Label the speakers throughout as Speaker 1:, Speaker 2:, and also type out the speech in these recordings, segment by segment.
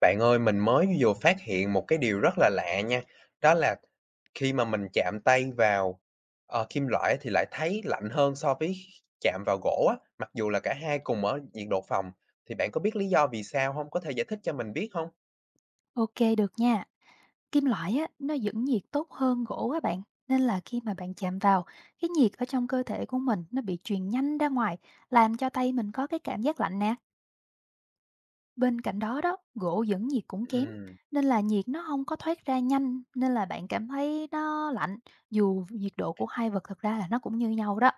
Speaker 1: Bạn ơi, mình mới vừa phát hiện một cái điều rất là lạ nha, đó là khi mà mình chạm tay vào, kim loại thì lại thấy lạnh hơn so với chạm vào gỗ á, mặc dù là cả hai cùng ở nhiệt độ phòng. Thì bạn có biết lý do vì sao không? Có thể giải thích cho mình biết không?
Speaker 2: Ok, được nha. Kim loại á, nó giữ nhiệt tốt hơn gỗ á bạn. Nên là khi mà bạn chạm vào, cái nhiệt ở trong cơ thể của mình nó bị truyền nhanh ra ngoài, làm cho tay mình có cái cảm giác lạnh nè. Bên cạnh đó đó, gỗ dẫn nhiệt cũng kém,
Speaker 1: Ừm,
Speaker 2: nên là nhiệt nó không có thoát ra nhanh, nên là bạn cảm thấy nó lạnh, dù nhiệt độ của hai vật thật ra là nó cũng như nhau đó.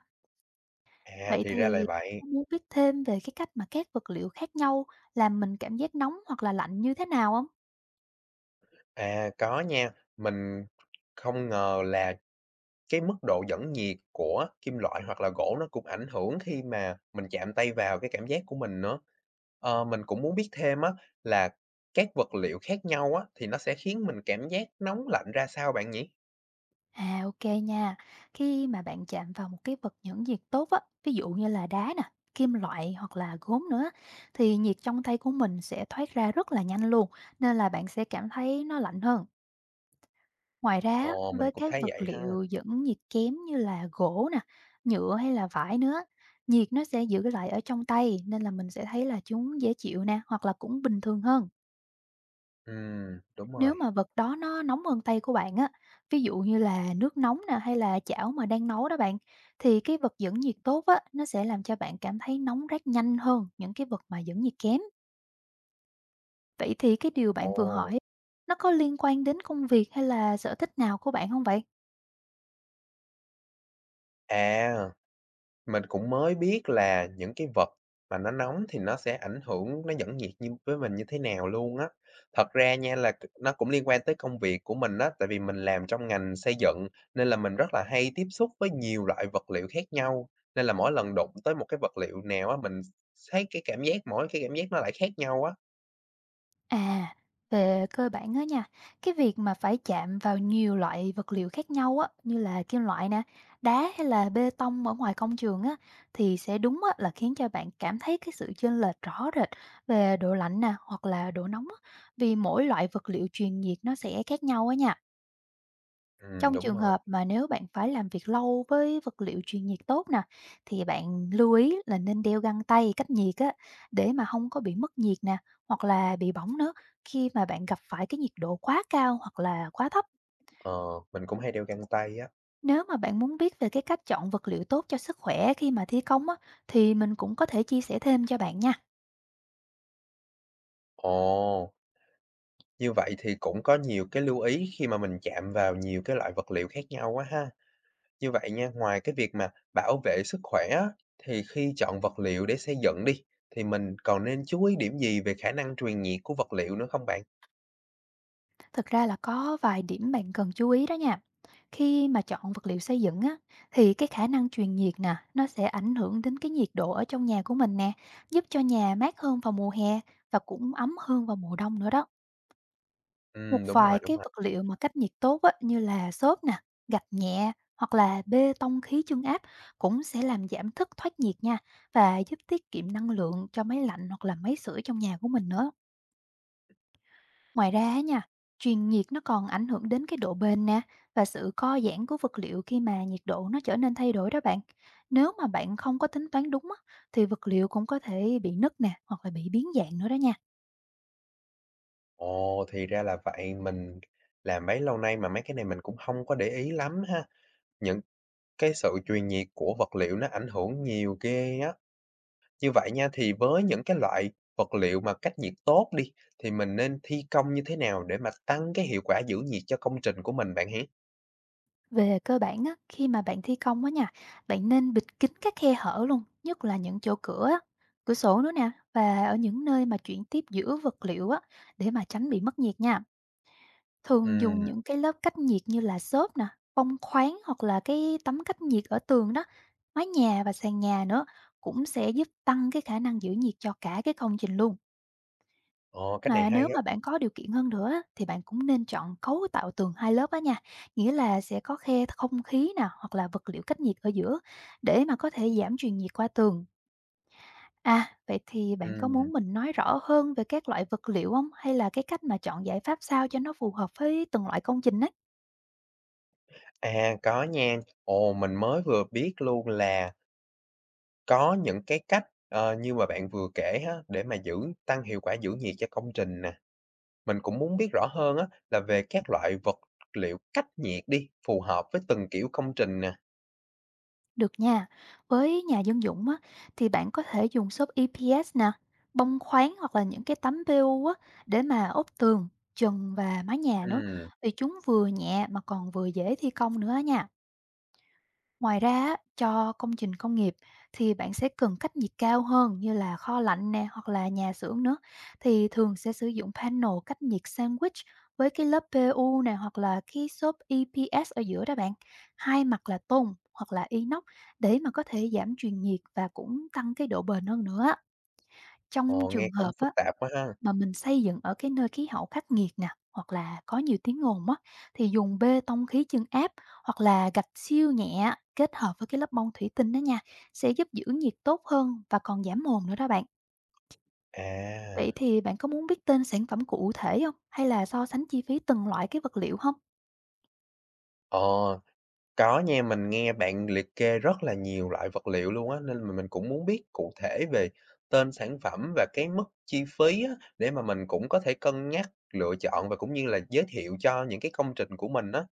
Speaker 1: à,
Speaker 2: Vậy
Speaker 1: thì ra là
Speaker 2: thì
Speaker 1: vậy.
Speaker 2: em muốn biết thêm về cái cách mà các vật liệu khác nhau làm mình cảm giác nóng hoặc là lạnh như thế nào không?
Speaker 1: À, có nha, mình không ngờ là cái mức độ dẫn nhiệt của kim loại hoặc là gỗ nó cũng ảnh hưởng khi mà mình chạm tay vào cái cảm giác của mình nữa. Ờ, mình cũng muốn biết thêm á, là các vật liệu khác nhau á thì nó sẽ khiến mình cảm giác nóng lạnh ra sao bạn nhỉ?
Speaker 2: À, ok nha. Khi mà bạn chạm vào một cái vật nhẫn nhiệt tốt á, ví dụ như là đá nè, kim loại hoặc là gốm nữa thì nhiệt trong tay của mình sẽ thoát ra rất là nhanh luôn, nên là bạn sẽ cảm thấy nó lạnh hơn. Ngoài ra á,
Speaker 1: Ồ, mình
Speaker 2: với
Speaker 1: cũng
Speaker 2: các
Speaker 1: thấy
Speaker 2: vật
Speaker 1: vậy ha.
Speaker 2: liệu dẫn nhiệt kém như là gỗ nè, nhựa hay là vải nữa, nhiệt nó sẽ giữ lại ở trong tay, nên là mình sẽ thấy là chúng dễ chịu nè, hoặc là cũng bình thường hơn.
Speaker 1: Ừ, đúng
Speaker 2: Nếu
Speaker 1: rồi.
Speaker 2: mà vật đó nó nóng hơn tay của bạn á, ví dụ như là nước nóng nè hay là chảo mà đang nấu đó bạn, thì cái vật dẫn nhiệt tốt á, nó sẽ làm cho bạn cảm thấy nóng rát nhanh hơn những cái vật mà dẫn nhiệt kém. Vậy thì cái điều bạn vừa
Speaker 1: Ồ,
Speaker 2: hỏi, nó có liên quan đến công việc hay là sở thích nào của bạn không vậy?
Speaker 1: à. Mình cũng mới biết là những cái vật mà nó nóng thì nó sẽ ảnh hưởng, nó dẫn nhiệt như với mình như thế nào luôn á. Thật ra nha là nó cũng liên quan tới công việc của mình á, tại vì mình làm trong ngành xây dựng nên là mình rất là hay tiếp xúc với nhiều loại vật liệu khác nhau, nên là mỗi lần đụng tới một cái vật liệu nào á, mình thấy cái cảm giác mỗi cái cảm giác nó lại khác nhau á.
Speaker 2: À, về cơ bản á nha, cái việc mà phải chạm vào nhiều loại vật liệu khác nhau á, như là kim loại nè, đá hay là bê tông ở ngoài công trường á, thì sẽ đúng á, là khiến cho bạn cảm thấy cái sự chênh lệch rõ rệt về độ lạnh nè, hoặc là độ nóng á, vì mỗi loại vật liệu truyền nhiệt nó sẽ khác nhau á nha.
Speaker 1: Ừ,
Speaker 2: Trong
Speaker 1: đúng
Speaker 2: trường
Speaker 1: rồi.
Speaker 2: hợp mà nếu bạn phải làm việc lâu với vật liệu truyền nhiệt tốt nè, thì bạn lưu ý là nên đeo găng tay cách nhiệt á, để mà không có bị mất nhiệt nè, hoặc là bị bỏng nữa khi mà bạn gặp phải cái nhiệt độ quá cao hoặc là quá thấp.
Speaker 1: Ờ, mình cũng hay đeo găng tay á.
Speaker 2: Nếu mà bạn muốn biết về cái cách chọn vật liệu tốt cho sức khỏe khi mà thi công á, thì mình cũng có thể chia sẻ thêm cho bạn nha.
Speaker 1: Ồ, như vậy thì cũng có nhiều cái lưu ý khi mà mình chạm vào nhiều cái loại vật liệu khác nhau quá ha. Như vậy nha, ngoài cái việc mà bảo vệ sức khỏe á, thì khi chọn vật liệu để xây dựng đi, thì mình còn nên chú ý điểm gì về khả năng truyền nhiệt của vật liệu nữa không bạn?
Speaker 2: Thực ra là có vài điểm bạn cần chú ý đó nha. Khi mà chọn vật liệu xây dựng á, thì cái khả năng truyền nhiệt nè, nó sẽ ảnh hưởng đến cái nhiệt độ ở trong nhà của mình nè, giúp cho nhà mát hơn vào mùa hè và cũng ấm hơn vào mùa đông nữa đó. Một
Speaker 1: Đúng
Speaker 2: vài
Speaker 1: rồi, đúng
Speaker 2: cái
Speaker 1: rồi.
Speaker 2: vật liệu mà cách nhiệt tốt á, như là xốp nè, gạch nhẹ hoặc là bê tông khí chân áp cũng sẽ làm giảm thức thoát nhiệt nha và giúp tiết kiệm năng lượng cho máy lạnh hoặc là máy sưởi trong nhà của mình nữa. Ngoài ra á nha, truyền nhiệt nó còn ảnh hưởng đến cái độ bền nè và sự co giãn của vật liệu khi mà nhiệt độ nó trở nên thay đổi đó bạn. Nếu mà bạn không có tính toán đúng á, thì vật liệu cũng có thể bị nứt nè hoặc là bị biến dạng nữa đó nha.
Speaker 1: Ồ, thì ra là vậy. Mình làm bấy lâu nay mà mấy cái này mình cũng không có để ý lắm ha. Những cái sự truyền nhiệt của vật liệu nó ảnh hưởng nhiều ghê á. Như vậy nha, thì với những cái loại vật liệu mà cách nhiệt tốt đi, thì mình nên thi công như thế nào để mà tăng cái hiệu quả giữ nhiệt cho công trình của mình bạn hén?
Speaker 2: Về cơ bản á, khi mà bạn thi công á nha, bạn nên bịt kín các khe hở luôn, nhất là những chỗ cửa á, cửa sổ nữa nè, và ở những nơi mà chuyển tiếp giữa vật liệu á, để mà tránh bị mất nhiệt nha. Thường
Speaker 1: Ừ,
Speaker 2: dùng những cái lớp cách nhiệt như là xốp nè, bông khoáng hoặc là cái tấm cách nhiệt ở tường đó, mái nhà và sàn nhà nữa, cũng sẽ giúp tăng cái khả năng giữ nhiệt cho cả cái công trình luôn.
Speaker 1: ồ, cách này
Speaker 2: Mà nếu
Speaker 1: hay á.
Speaker 2: mà bạn có điều kiện hơn nữa á, thì bạn cũng nên chọn cấu tạo tường hai lớp á nha, nghĩa là sẽ có khe không khí nè hoặc là vật liệu cách nhiệt ở giữa, để mà có thể giảm truyền nhiệt qua tường. À, vậy thì bạn có muốn
Speaker 1: Ừm,
Speaker 2: mình nói rõ hơn về các loại vật liệu không, hay là cái cách mà chọn giải pháp sao cho nó phù hợp với từng loại công trình á?
Speaker 1: à, có nha. Ồ, mình mới vừa biết luôn là có những cái cách, như mà bạn vừa kể á, để mà giữ tăng hiệu quả giữ nhiệt cho công trình nè. Mình cũng muốn biết rõ hơn á, là về các loại vật liệu cách nhiệt đi, phù hợp với từng kiểu công trình nè.
Speaker 2: Được nha. Với nhà dân dụng á, thì bạn có thể dùng xốp EPS nè, bông khoáng hoặc là những cái tấm PU á, để mà ốp tường, trần và mái nhà nữa.
Speaker 1: Ừ,
Speaker 2: Vì chúng vừa nhẹ mà còn vừa dễ thi công nữa á nha. Ngoài ra á, cho công trình công nghiệp thì bạn sẽ cần cách nhiệt cao hơn, như là kho lạnh nè hoặc là nhà xưởng nữa, thì thường sẽ sử dụng panel cách nhiệt sandwich với cái lớp PU nè hoặc là cái xốp EPS ở giữa đó bạn. Hai mặt là tôn hoặc là inox để mà có thể giảm truyền nhiệt và cũng tăng cái độ bền hơn nữa. Trong
Speaker 1: ồ, nghe
Speaker 2: trường
Speaker 1: cũng
Speaker 2: hợp á,
Speaker 1: phức tạp quá ha.
Speaker 2: mà mình xây dựng ở cái nơi khí hậu khắc nghiệt nè, hoặc là có nhiều tiếng ồn á, thì dùng bê tông khí chưng áp hoặc là gạch siêu nhẹ kết hợp với cái lớp bông thủy tinh đó nha, sẽ giúp giữ nhiệt tốt hơn và còn giảm mồn nữa đó bạn. Vậy
Speaker 1: À,
Speaker 2: thì bạn có muốn biết tên sản phẩm cụ thể không? Hay là so sánh chi phí từng loại cái vật liệu không?
Speaker 1: ờ. Có nha, mình nghe bạn liệt kê rất là nhiều loại vật liệu luôn á, nên mà mình cũng muốn biết cụ thể về tên sản phẩm và cái mức chi phí á, để mà mình cũng có thể cân nhắc lựa chọn và cũng như là giới thiệu cho những cái công trình của mình á.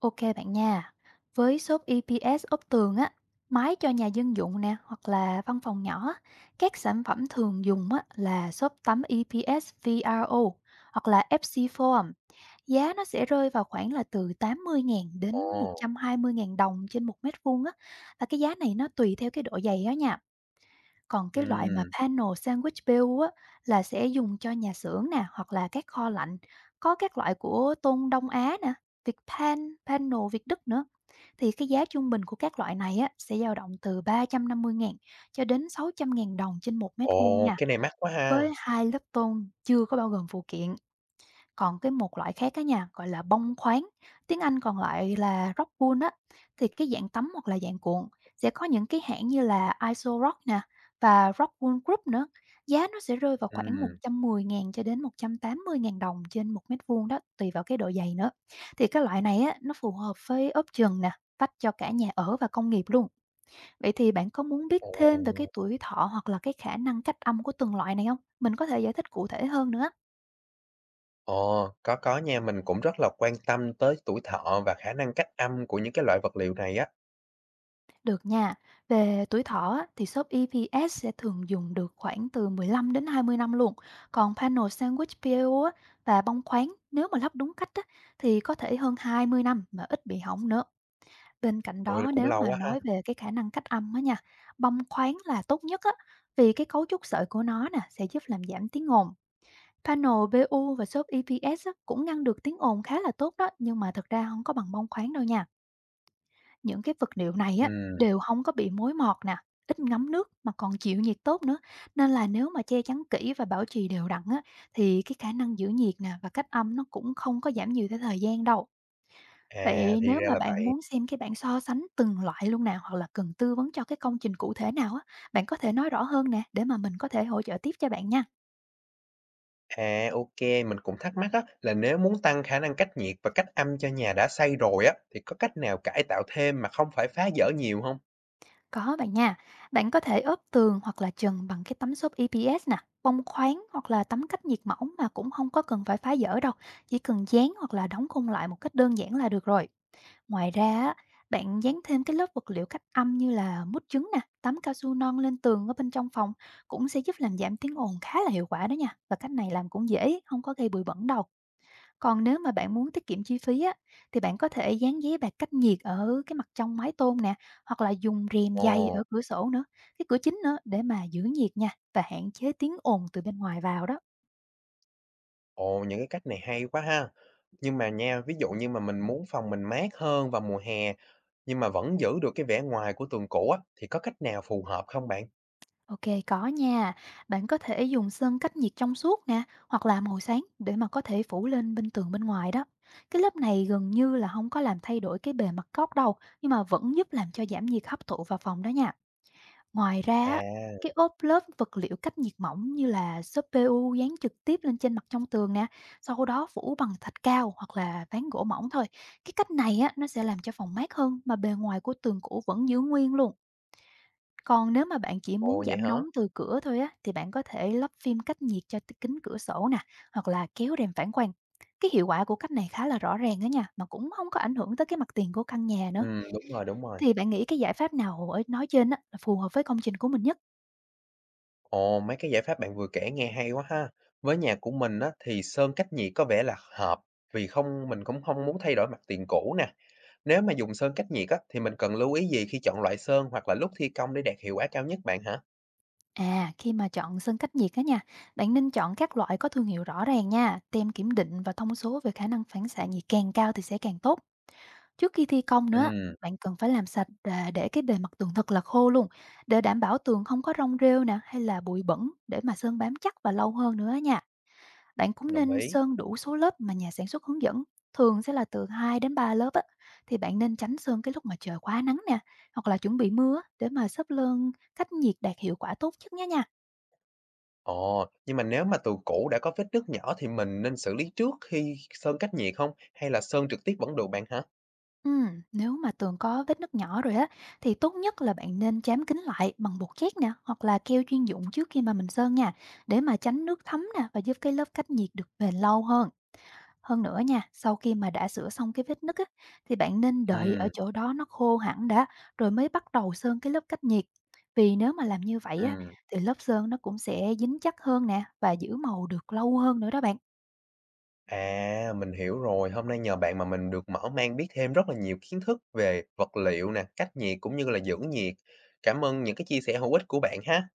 Speaker 2: Ok bạn nha. Với shop EPS ốp tường á, mái cho nhà dân dụng nè hoặc là văn phòng nhỏ á, các sản phẩm thường dùng á là xốp tắm EPS VRO hoặc là FC Foam. Giá nó sẽ rơi vào khoảng là từ 80.000 đến
Speaker 1: Ồ,
Speaker 2: 120.000 đồng trên một mét vuông á. Và cái giá này nó tùy theo cái độ dày đó nha. Còn cái loại mà
Speaker 1: ừm,
Speaker 2: panel sandwich bill á, là sẽ dùng cho nhà xưởng nè, hoặc là các kho lạnh. Có các loại của Tôn Đông Á nè, Việt Pan, Panel Việt Đức nữa. Thì cái giá trung bình của các loại này á, sẽ dao động từ 350.000 cho đến 600.000 đồng trên một mét vuông
Speaker 1: ồ,
Speaker 2: nha,
Speaker 1: cái này mắc quá ha.
Speaker 2: với hai lớp tôn chưa có bao gồm phụ kiện. Còn cái một loại khác á nha, gọi là bông khoáng, tiếng Anh còn lại là rock wool á, thì cái dạng tấm hoặc là dạng cuộn sẽ có những cái hãng như là Iso Rock nè và rock wool Group nữa. Giá nó sẽ rơi vào khoảng một
Speaker 1: Ừm,
Speaker 2: trăm mười ngàn cho đến 180.000 đồng trên một mét vuông đó, tùy vào cái độ dày nữa. Thì cái loại này á, nó phù hợp với ốp chừng nè, vách cho cả nhà ở và công nghiệp luôn. Vậy thì bạn có muốn biết thêm về cái
Speaker 1: ồ,
Speaker 2: tuổi thọ hoặc là cái khả năng cách âm của từng loại này không? Mình có thể giải thích cụ thể hơn nữa.
Speaker 1: ồ, có nha, mình cũng rất là quan tâm tới tuổi thọ và khả năng cách âm của những cái loại vật liệu này á.
Speaker 2: Được nha. Về tuổi thọ á, thì shop EVS sẽ thường dùng được khoảng từ 15 đến 20 năm luôn. Còn panel sandwich PLO á, và bong khoáng nếu mà lắp đúng cách á, thì có thể hơn 20 năm mà ít bị hỏng nữa. Bên cạnh
Speaker 1: Ôi,
Speaker 2: đó,
Speaker 1: cũng
Speaker 2: nếu
Speaker 1: lâu
Speaker 2: mà
Speaker 1: quá ha.
Speaker 2: nói về cái khả năng cách âm á nha, bong khoáng là tốt nhất á, vì cái cấu trúc sợi của nó nè sẽ giúp làm giảm tiếng ồn. Panel BU và shop EPS á, cũng ngăn được tiếng ồn khá là tốt đó, nhưng mà thực ra không có bằng bong khoáng đâu nha. Những cái vật liệu này á,
Speaker 1: Ừm,
Speaker 2: đều không có bị mối mọt nè, ít ngấm nước mà còn chịu nhiệt tốt nữa, nên là nếu mà che chắn kỹ và bảo trì đều đặn á, thì cái khả năng giữ nhiệt nè và cách âm nó cũng không có giảm nhiều theo thời gian đâu.
Speaker 1: à,
Speaker 2: Vậy
Speaker 1: thì
Speaker 2: nếu
Speaker 1: ra
Speaker 2: mà
Speaker 1: là
Speaker 2: bạn
Speaker 1: vậy.
Speaker 2: muốn xem cái bảng so sánh từng loại luôn nào, hoặc là cần tư vấn cho cái công trình cụ thể nào á, bạn có thể nói rõ hơn nè, để mà mình có thể hỗ trợ tiếp cho bạn nha.
Speaker 1: À, ok, mình cũng thắc mắc á, là nếu muốn tăng khả năng cách nhiệt và cách âm cho nhà đã xây rồi á, thì có cách nào cải tạo thêm mà không phải phá dỡ nhiều không?
Speaker 2: Có bạn nha, bạn có thể ốp tường hoặc là trần bằng cái tấm xốp EPS nè, bông khoáng hoặc là tấm cách nhiệt mỏng mà cũng không có cần phải phá dỡ đâu, chỉ cần dán hoặc là đóng khung lại một cách đơn giản là được rồi. Ngoài ra, á, bạn dán thêm cái lớp vật liệu cách âm như là mút trứng nè, tấm cao su non lên tường ở bên trong phòng cũng sẽ giúp làm giảm tiếng ồn khá là hiệu quả đó nha. Và cách này làm cũng dễ, không có gây bụi bẩn đâu. Còn nếu mà bạn muốn tiết kiệm chi phí á, thì bạn có thể dán giấy bạc cách nhiệt ở cái mặt trong mái tôn nè, hoặc là dùng rèm dày
Speaker 1: Ồ,
Speaker 2: ở cửa sổ nữa, cái cửa chính nữa để mà giữ nhiệt nha và hạn chế tiếng ồn từ bên ngoài vào đó.
Speaker 1: ồ, những cái cách này hay quá ha. Nhưng mà nha, ví dụ như mà mình muốn phòng mình mát hơn vào mùa hè, nhưng mà vẫn giữ được cái vẻ ngoài của tường cũ á, thì có cách nào phù hợp không bạn?
Speaker 2: Ok, có nha. Bạn có thể dùng sơn cách nhiệt trong suốt nè, hoặc là màu sáng để mà có thể phủ lên bên tường bên ngoài đó. Cái lớp này gần như là không có làm thay đổi cái bề mặt cốt đâu, nhưng mà vẫn giúp làm cho giảm nhiệt hấp thụ vào phòng đó nha. Ngoài ra á,
Speaker 1: À,
Speaker 2: cái ốp lớp vật liệu cách nhiệt mỏng như là xốp PU dán trực tiếp lên trên mặt trong tường nè, sau đó phủ bằng thạch cao hoặc là ván gỗ mỏng thôi. Cái cách này á, nó sẽ làm cho phòng mát hơn mà bề ngoài của tường cũ vẫn giữ nguyên luôn. Còn nếu mà bạn chỉ muốn
Speaker 1: ồ, vậy
Speaker 2: giảm
Speaker 1: hả?
Speaker 2: nóng từ cửa thôi á, thì bạn có thể lắp phim cách nhiệt cho kính cửa sổ nè, hoặc là kéo rèm phản quang. Cái hiệu quả của cách này khá là rõ ràng đó nha, mà cũng không có ảnh hưởng tới cái mặt tiền của căn nhà
Speaker 1: Ừ,
Speaker 2: nữa.
Speaker 1: đúng rồi, đúng rồi.
Speaker 2: Thì bạn nghĩ cái giải pháp nào ở nói trên á, là phù hợp với công trình của mình nhất?
Speaker 1: Ồ, mấy cái giải pháp bạn vừa kể nghe hay quá ha. Với nhà của mình á, thì sơn cách nhiệt có vẻ là hợp vì không mình cũng không muốn thay đổi mặt tiền cũ nè. Nếu mà dùng sơn cách nhiệt á, thì mình cần lưu ý gì khi chọn loại sơn hoặc là lúc thi công để đạt hiệu quả cao nhất bạn hả?
Speaker 2: À, khi mà chọn sân cách nhiệt á nha, bạn nên chọn các loại có thương hiệu rõ ràng nha, tem kiểm định và thông số về khả năng phản xạ nhiệt càng cao thì sẽ càng tốt. Trước khi thi công nữa,
Speaker 1: Ừ,
Speaker 2: bạn cần phải làm sạch à, để cái bề mặt tường thật là khô luôn, để đảm bảo tường không có rong rêu nè hay là bụi bẩn để mà sơn bám chắc và lâu hơn nữa nha. Bạn cũng
Speaker 1: đồng
Speaker 2: nên
Speaker 1: ý.
Speaker 2: sơn đủ số lớp mà nhà sản xuất hướng dẫn, thường sẽ là từ 2 đến 3 lớp á, thì bạn nên tránh sơn cái lúc mà trời quá nắng nè, hoặc là chuẩn bị mưa á, để mà xốp lơn cách nhiệt đạt hiệu quả tốt nhất nhé nha.
Speaker 1: Ồ, nhưng mà nếu mà tường cũ đã có vết nứt nhỏ thì mình nên xử lý trước khi sơn cách nhiệt không? Hay là sơn trực tiếp vẫn được bạn hả?
Speaker 2: Ừm, Nếu mà tường có vết nứt nhỏ rồi á thì tốt nhất là bạn nên trám kính lại bằng bột chét nè hoặc là keo chuyên dụng trước khi mà mình sơn nha để mà tránh nước thấm nè và giúp cái lớp cách nhiệt được bền lâu hơn. Hơn nữa nha, sau khi mà đã sửa xong cái vết nứt á thì bạn nên đợi ở
Speaker 1: Ừ,
Speaker 2: chỗ đó nó khô hẳn đã rồi mới bắt đầu sơn cái lớp cách nhiệt. Vì nếu mà làm như vậy á
Speaker 1: ừ.
Speaker 2: thì lớp sơn nó cũng sẽ dính chắc hơn nè và giữ màu được lâu hơn nữa đó bạn.
Speaker 1: À, mình hiểu rồi. Hôm nay nhờ bạn mà mình được mở mang biết thêm rất là nhiều kiến thức về vật liệu nè, cách nhiệt cũng như là giữ nhiệt. Cảm ơn những cái chia sẻ hữu ích của bạn ha.